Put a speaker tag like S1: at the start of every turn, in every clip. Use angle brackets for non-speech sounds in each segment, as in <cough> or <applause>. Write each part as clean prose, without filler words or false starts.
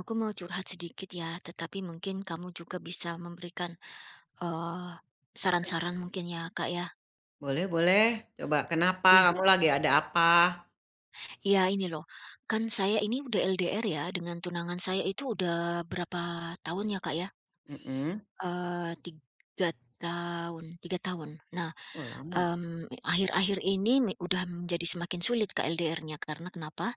S1: Aku mau curhat sedikit ya, tetapi mungkin kamu juga bisa memberikan, eee, saran-saran mungkin ya, Kak, ya?
S2: Boleh boleh, coba kenapa?
S1: Iya.
S2: Kamu lagi ada apa?
S1: Iya, ini loh, kan saya ini udah LDR ya dengan tunangan saya itu udah berapa tahun ya, Kak, ya?
S2: Mhm,
S1: 3 tahun, 3 tahun. Nah,
S2: oh lama,
S1: akhir-akhir ini udah menjadi semakin sulit, Kak, LDR-nya karena kenapa?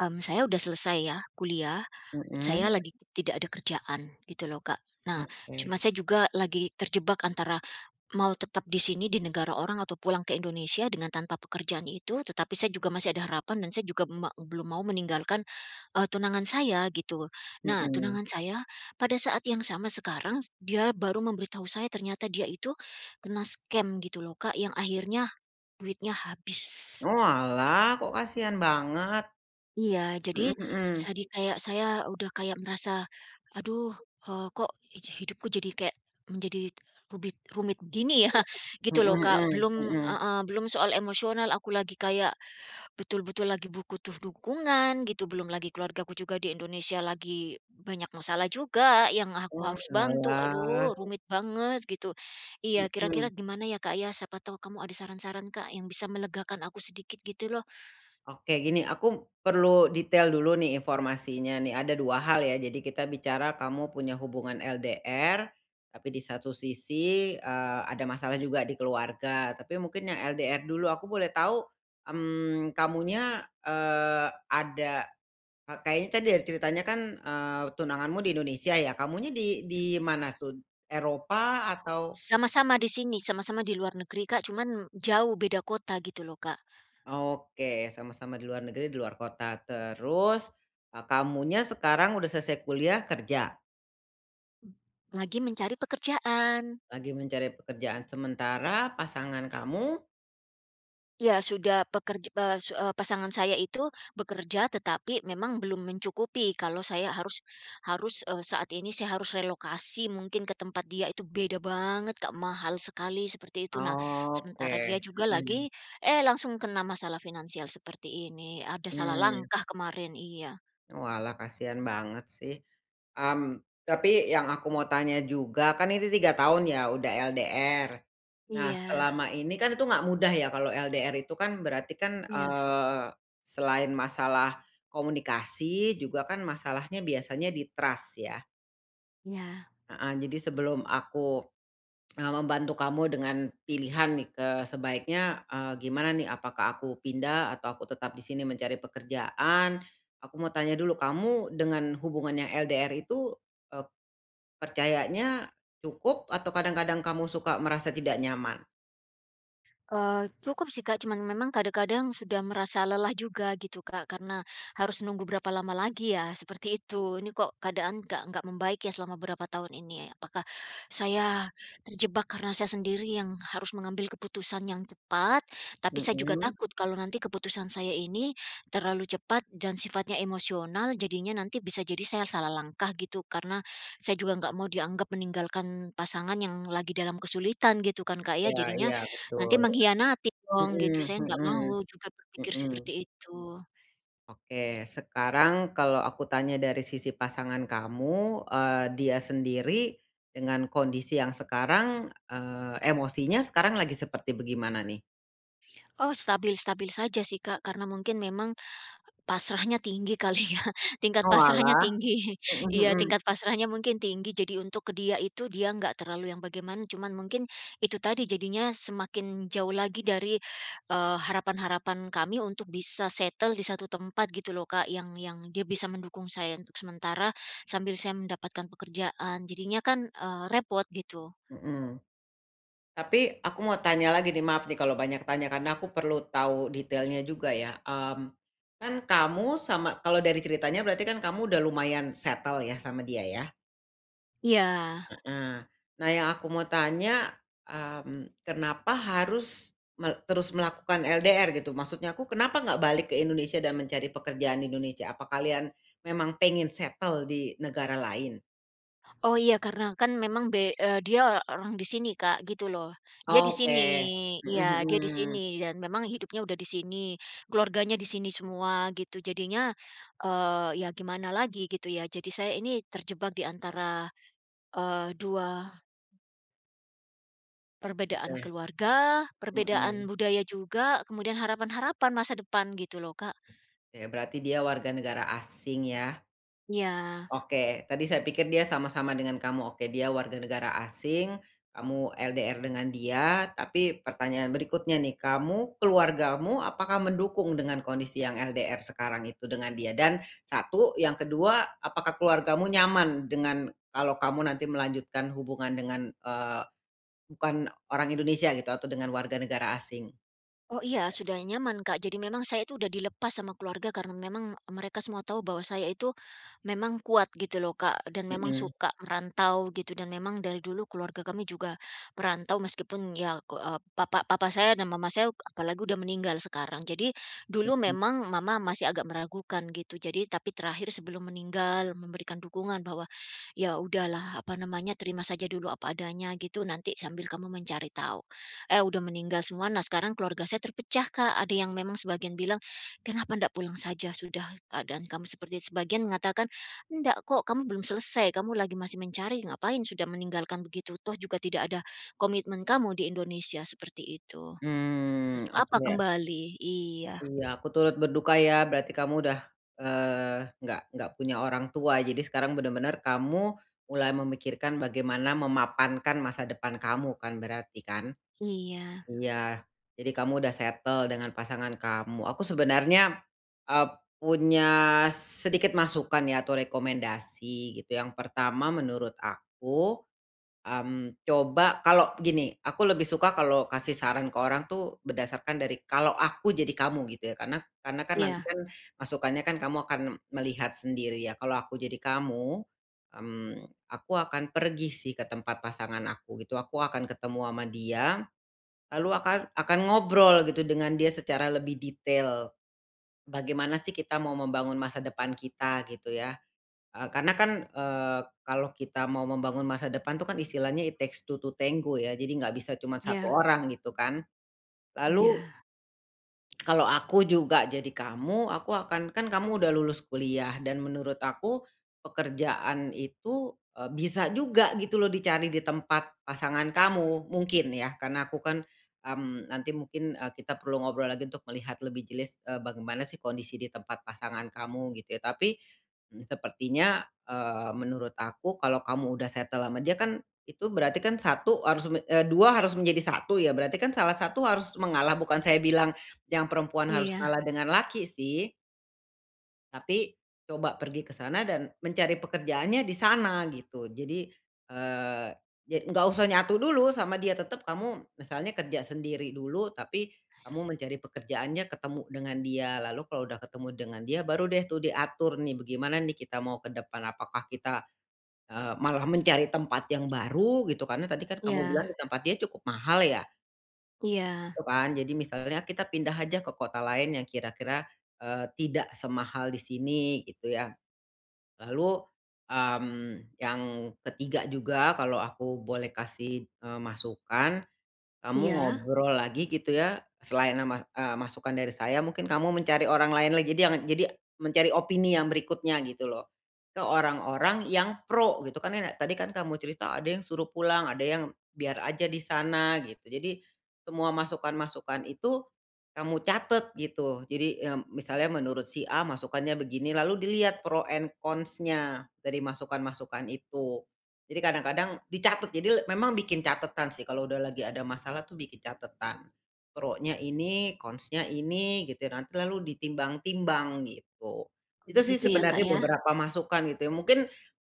S1: Saya udah selesai ya kuliah.
S2: mhm,
S1: Saya lagi tidak ada kerjaan gitu loh, Kak. Nah,
S2: oke,
S1: cuma saya juga lagi terjebak antara mau tetap di sini di negara orang atau pulang ke Indonesia dengan tanpa pekerjaan itu, tetapi saya juga masih ada harapan dan saya juga belum mau meninggalkan tunangan saya gitu. Nah,
S2: mhm.
S1: tunangan saya pada saat yang sama sekarang dia baru memberitahu saya ternyata dia itu kena scam gitu loh, Kak, yang akhirnya duitnya habis.
S2: Oalah, kok kasihan banget?
S1: Iya, jadi
S2: Mhm
S1: kayak saya udah kayak merasa, aduh, kok hidupku jadi kayak menjadi rumit rumit begini ya, <laughs> gitu
S2: mhm,
S1: loh,
S2: mhm
S1: Kak. Belum
S2: mhm, mhm.
S1: heeh, belum soal emosional, aku lagi kayak betul-betul lagi butuh dukungan gitu, belum lagi keluargaku juga di Indonesia lagi banyak masalah juga yang aku harus bantu.
S2: Oalah,
S1: Aduh, rumit banget gitu. Iya, kira-kira
S2: mhm.
S1: gimana ya, Kak, ya? Siapa tahu kamu ada saran-saran, Kak, yang bisa melegakan aku sedikit gitu loh.
S2: Oke, gini, aku perlu detail dulu nih informasinya nih. Ada dua hal ya. Jadi kita bicara kamu punya hubungan LDR, tapi di satu sisi ada masalah juga di keluarga. Tapi mungkin yang LDR dulu, aku boleh tahu kamunya kayaknya tadi dari ceritanya kan tunanganmu di Indonesia ya. Kamunya di mana tuh? Eropa
S1: S
S2: atau?
S1: sama-sama di sini, sama-sama di luar negeri, Kak, cuman jauh beda kota gitu loh, Kak.
S2: Oke, sama-sama di luar negeri, di luar kota. Terus, kamunya sekarang udah selesai kuliah, kerja?
S1: Lagi mencari pekerjaan.
S2: Lagi mencari pekerjaan sementara, pasangan kamu
S1: Ya sudah pekerja eee, su eee, pasangan saya itu bekerja tetapi memang belum mencukupi kalau saya harus harus, saat ini saya harus relokasi mungkin ke tempat dia itu beda banget, Kak, mahal sekali seperti itu. Nah, sementara dia
S2: oke,
S1: juga lagi
S2: mhm,
S1: langsung kena masalah finansial seperti ini, ada salah
S2: mmm,
S1: langkah kemarin iya.
S2: walah kasihan banget sih, mmm, tapi yang aku mau tanya juga, kan itu 3 tahun ya udah LDR. Nah,
S1: Iya,
S2: selama ini kan itu nggak mudah ya kalau LDR itu kan berarti kan,
S1: iya,
S2: selain masalah komunikasi juga kan masalahnya biasanya di trust ya,
S1: iya.
S2: heeh, jadi sebelum aku, membantu kamu dengan pilihan nih ke sebaiknya, gimana nih apakah aku pindah atau aku tetap di sini mencari pekerjaan, aku mau tanya dulu kamu dengan hubungannya LDR itu, eee, percayanya cukup atau kadang-kadang kamu suka merasa tidak nyaman?
S1: Cukup sih, Kak, cuman memang kadang-kadang sudah merasa lelah juga gitu, Kak, karena harus nunggu berapa lama lagi ya, seperti itu. Ini kok keadaan nggak membaik ya selama berapa tahun ini. Apakah saya terjebak karena saya sendiri yang harus mengambil keputusan yang cepat, tapi saya juga
S2: Mhm.
S1: takut kalau nanti keputusan saya ini terlalu cepat dan sifatnya emosional, jadinya nanti bisa jadi saya salah langkah gitu, karena saya juga nggak mau dianggap meninggalkan pasangan yang lagi dalam kesulitan gitu kan, Kak, ya.
S2: Iya
S1: Jadinya
S2: iya,
S1: nanti
S2: betul.
S1: mengkhianati dong gitu,
S2: Mhm
S1: saya nggak mau
S2: mhm
S1: juga berpikir
S2: mhm.
S1: seperti itu.
S2: Oke, sekarang kalau aku tanya dari sisi pasangan kamu, dia sendiri dengan kondisi yang sekarang, emosinya sekarang lagi seperti bagaimana nih?
S1: Oh, stabil-stabil saja sih, Kak, karena mungkin memang pasrahnya tinggi kali ya, <laughs> tingkat pasrahnya
S2: Oalah,
S1: tinggi. <laughs>
S2: mhm
S1: Iya,
S2: mhm
S1: tingkat pasrahnya mungkin tinggi, jadi untuk ke dia itu, dia nggak terlalu yang bagaimana, cuman mungkin itu tadi jadinya semakin jauh lagi dari, harapan-harapan kami untuk bisa settle di satu tempat gitu loh, Kak, yang dia bisa mendukung saya untuk sementara, sambil saya mendapatkan pekerjaan. Jadinya kan, repot gitu.
S2: mhm. Tapi aku mau tanya lagi nih, maaf nih kalau banyak tanya karena aku perlu tahu detailnya juga ya, kan kamu sama kalau dari ceritanya berarti kan kamu udah lumayan settle ya sama dia ya?
S1: Iya.
S2: nah, Nah, yang aku mau tanya, kenapa harus melakukan LDR gitu? Maksudnya aku kenapa nggak balik ke Indonesia dan mencari pekerjaan di Indonesia? Apa kalian memang pengen settle di negara lain?
S1: Oh iya karena kan memang dia orang di sini, Kak, gitu loh. Dia di sini,
S2: Oke. Mhm
S1: iya, dia di sini
S2: mhm.
S1: dan memang hidupnya udah di sini, keluarganya di sini semua gitu. Jadinya, ya gimana lagi gitu ya. Jadi saya ini terjebak di antara, 2 perbedaan
S2: Oke.
S1: keluarga, perbedaan
S2: Mhm.
S1: budaya juga, kemudian harapan-harapan masa depan gitu loh, Kak.
S2: Oke, berarti dia warga negara asing ya?
S1: Iya.
S2: Oke, tadi saya pikir dia sama-sama dengan kamu. Oke, dia warga negara asing, kamu LDR dengan dia, tapi pertanyaan berikutnya nih, kamu, keluargamu apakah mendukung dengan kondisi yang LDR sekarang itu dengan dia? Dan satu, yang kedua, apakah keluargamu nyaman dengan kalau kamu nanti melanjutkan hubungan dengan, bukan orang Indonesia gitu atau dengan warga negara asing?
S1: Oh iya, sudah nyaman, Kak. Jadi memang saya itu udah dilepas sama keluarga karena memang mereka semua tahu bahwa saya itu memang kuat gitu loh, Kak, dan memang
S2: Mhm.
S1: suka merantau gitu dan memang dari dulu keluarga kami juga merantau meskipun ya papa papa saya dan mama saya apalagi udah meninggal sekarang. Jadi dulu memang mama masih agak meragukan gitu. Jadi tapi terakhir sebelum meninggal memberikan dukungan bahwa ya udahlah apa namanya terima saja dulu apa adanya gitu nanti sambil kamu mencari tahu. Eh, udah meninggal semua. Nah, sekarang keluarga saya terpecah, Kak. Ada yang memang sebagian bilang, "Kenapa ndak pulang saja? Sudah keadaan kamu seperti itu." Sebagian mengatakan, "Ndak kok, kamu belum selesai. Kamu lagi masih mencari. Ngapain sudah meninggalkan begitu? Toh juga tidak ada komitmen kamu di Indonesia." Seperti itu.
S2: Mmm,
S1: Untuk apa
S2: oke.
S1: kembali? Iya.
S2: Iya, aku turut berduka ya, berarti kamu udah, nggak punya orang tua. Jadi sekarang benar-benar kamu mulai memikirkan bagaimana memapankan masa depan kamu kan berarti kan?
S1: Iya.
S2: Iya, jadi kamu udah settle dengan pasangan kamu. Aku sebenarnya, eee, punya sedikit masukan ya atau rekomendasi gitu. Yang pertama menurut aku mmm, coba kalau gini, aku lebih suka kalau kasih saran ke orang tuh berdasarkan dari kalau aku jadi kamu gitu ya, karena kan nanti
S1: Iya.
S2: kan masukannya kan kamu akan melihat sendiri ya. Kalau aku jadi kamu, mmm, aku akan pergi sih ke tempat pasangan aku gitu, aku akan ketemu sama dia, lalu akan ngobrol gitu dengan dia secara lebih detail, bagaimana sih kita mau membangun masa depan kita gitu ya. Karena kan, kalau kita mau membangun masa depan tuh kan istilahnya it takes two to tango ya, jadi nggak bisa cuma satu
S1: Iya.
S2: orang gitu kan. Lalu
S1: Iya.
S2: kalau aku juga jadi kamu, aku akan kan kamu udah lulus kuliah dan menurut aku pekerjaan itu, bisa juga gitu loh dicari di tempat pasangan kamu, mungkin ya karena aku kan, nanti mungkin, kita perlu ngobrol lagi untuk melihat lebih jelas, bagaimana sih kondisi di tempat pasangan kamu gitu ya. Tapi, sepertinya, menurut aku kalau kamu udah settle sama dia kan itu berarti kan satu harus dua harus menjadi satu ya, berarti kan salah satu harus mengalah, bukan saya bilang yang perempuan harus
S1: Iya.
S2: kalah dengan laki sih, tapi coba pergi ke sana dan mencari pekerjaannya di sana gitu. Jadi, eee, ja nggak usah nyatu dulu sama dia, tetap kamu misalnya kerja sendiri dulu, tapi kamu mencari pekerjaannya ketemu dengan dia, lalu kalau udah ketemu dengan dia baru deh tuh diatur nih, bagaimana nih kita mau ke depan, apakah kita, malah mencari tempat yang baru gitu, karena tadi kan kamu
S1: Iya.
S2: bilang di tempat dia cukup mahal ya?
S1: Iya.
S2: Gitu kan. Jadi misalnya kita pindah aja ke kota lain yang kira-kira, tidak semahal di sini gitu ya. Lalu, yang ketiga juga kalau aku boleh kasih, masukan kamu
S1: Iya.
S2: ngobrol lagi gitu ya, selain ama masukan dari saya mungkin kamu mencari orang lain lagi jadi yang jadi mencari opini yang berikutnya gitu loh, ke orang-orang yang pro gitu kan ya tadi kan kamu cerita ada yang suruh pulang, ada yang biar aja di sana gitu. Jadi semua masukan-masukan itu kamu catet gitu. Jadi, misalnya menurut si A masukannya begini lalu dilihat pro and cons-nya dari masukan-masukan itu. Jadi kadang-kadang dicatat, jadi memang bikin catatan sih kalau udah lagi ada masalah tuh bikin catatan. Pro-nya ini, cons-nya ini gitu ya, nanti lalu ditimbang-timbang gitu. Itu sih
S1: Begitu ya, Kak,
S2: sebenarnya
S1: ya?
S2: beberapa masukan gitu ya, mungkin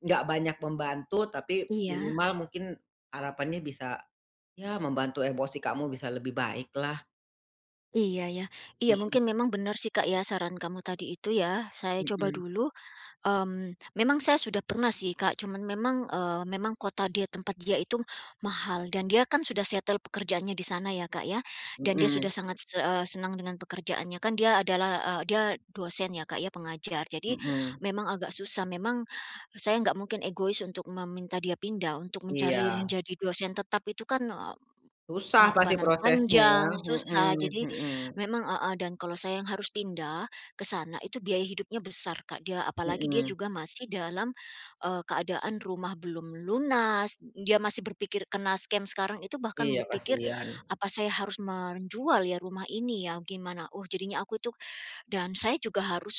S2: nggak banyak membantu tapi iya,
S1: Iya.
S2: minimal mungkin harapannya bisa, ya membantu emosi kamu bisa lebih baik lah.
S1: Iya ya. Iya, mungkin memang benar sih, Kak, ya, saran kamu tadi itu ya. Saya coba
S2: Mhm
S1: dulu. Memang saya sudah pernah sih, Kak, cuman memang, memang kota dia, tempat dia itu mahal dan dia kan sudah settle pekerjaannya di sana ya, Kak, ya,
S2: mhm,
S1: dan dia sudah
S2: mhm
S1: sangat senang dengan pekerjaannya. Kan dia adalah, dia dosen ya, Kak, ya, pengajar. Jadi
S2: mhm.
S1: memang agak susah, memang saya nggak mungkin egois untuk meminta dia pindah, untuk
S2: Iya,
S1: mencari menjadi dosen tetap itu kan,
S2: susah pasti
S1: pengorbanan
S2: prosesnya ya,
S1: panjang, susah,
S2: mhm
S1: jadi
S2: mhm
S1: memang heeh, dan kalau saya yang harus pindah ke sana itu biaya hidupnya besar, Kak, dia apalagi dia
S2: mhm.
S1: juga masih dalam, keadaan rumah belum lunas, dia masih berpikir kena scam sekarang itu bahkan
S2: Iya
S1: berpikir,
S2: kasihan.
S1: "Apa saya harus menjual ya rumah ini ya, gimana?" Oh, jadinya aku itu dan saya juga harus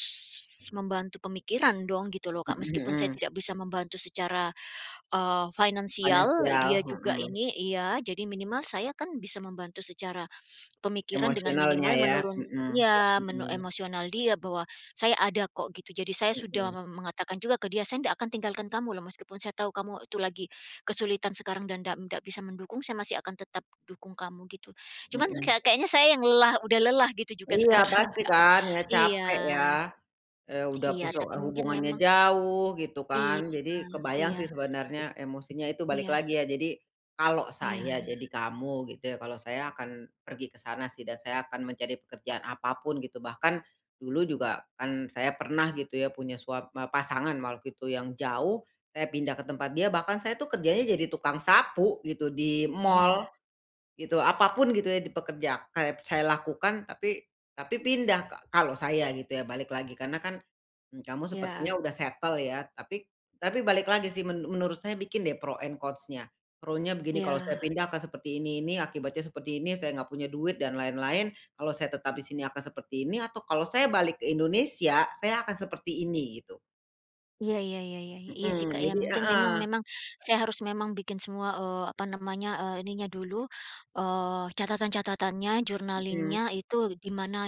S1: membantu pemikiran dong gitu loh, Kak,
S2: Mhm
S1: meskipun saya
S2: mhm,
S1: tidak bisa membantu secara finansial dia
S2: finansial,
S1: juga
S2: mhm,
S1: ini, iya, jadi minimal saya kan bisa membantu secara pemikiran dengan
S2: emosionalnya
S1: minimal
S2: ya,
S1: menurun
S2: mhm,
S1: ya menu
S2: mhm,
S1: emosional dia bahwa saya ada kok gitu. Jadi saya sudah
S2: mhm,
S1: mengatakan juga ke dia, "Saya tidak akan tinggalkan kamu loh meskipun saya tahu kamu itu lagi kesulitan sekarang dan tidak ndak bisa mendukung, saya masih akan tetap dukung kamu," gitu. Cuman
S2: mhm.
S1: kayaknya saya yang lelah, udah lelah gitu juga
S2: Iya
S1: sekarang, <laughs>
S2: pasti
S1: Kak.
S2: kan, ya
S1: Iya,
S2: capek ya. Udah iya.
S1: iya, tapi mungkin
S2: Hubungannya
S1: memang
S2: jauh gitu
S1: iya,
S2: kan, jadi
S1: iya,
S2: kebayang sih sebenarnya emosinya itu balik
S1: iya,
S2: lagi ya. Jadi kalau
S1: iya,
S2: saya jadi kamu gitu ya, kalau saya akan pergi ke sana sih dan saya akan mencari pekerjaan apa pun gitu. Bahkan dulu juga kan saya pernah gitu ya punya pasangan waktu itu yang jauh, saya pindah ke tempat dia bahkan saya tuh kerjanya jadi tukang sapu gitu di mall.
S1: iya,
S2: Gitu, apapun gitu ya di pekerja kayak saya lakukan tapi pindah kalau saya gitu ya balik lagi karena kan, kamu sepertinya
S1: iya.
S2: udah settle ya tapi balik lagi sih menurut saya bikin deh pro and cons-nya, pro-nya begini kalau saya
S1: Iya.
S2: pindah akan seperti ini akibatnya seperti ini saya nggak punya duit dan lain-lain, kalau saya tetap di sini akan seperti ini atau kalau saya balik ke Indonesia saya akan seperti ini gitu,
S1: Iya, iya, iya, iya, iya. Iya sih,
S2: mhm,
S1: Kak, ya
S2: jadi
S1: mungkin memang
S2: heeh,
S1: memang saya harus memang bikin semua, apa namanya, ininya dulu, catatan-catatannya, journaling
S2: mhm,
S1: itu, di mana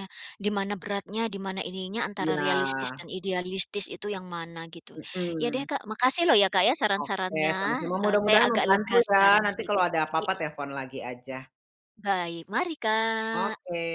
S1: di mana beratnya, di mana ininya, antara
S2: iya,
S1: realistis dan idealistis itu yang mana gitu. Ya deh,
S2: mhm.
S1: Kak, makasih loh ya, Kak, ya
S2: Oke,
S1: saran-sarannya,
S2: sama-sama,
S1: saya
S2: mudah-mudahan
S1: agak
S2: membantu
S1: lega sekarang
S2: ya, nanti
S1: sedikit.
S2: kalau ada
S1: I
S2: apa-apa telepon lagi aja.
S1: baik, mari, Kak.
S2: Oke.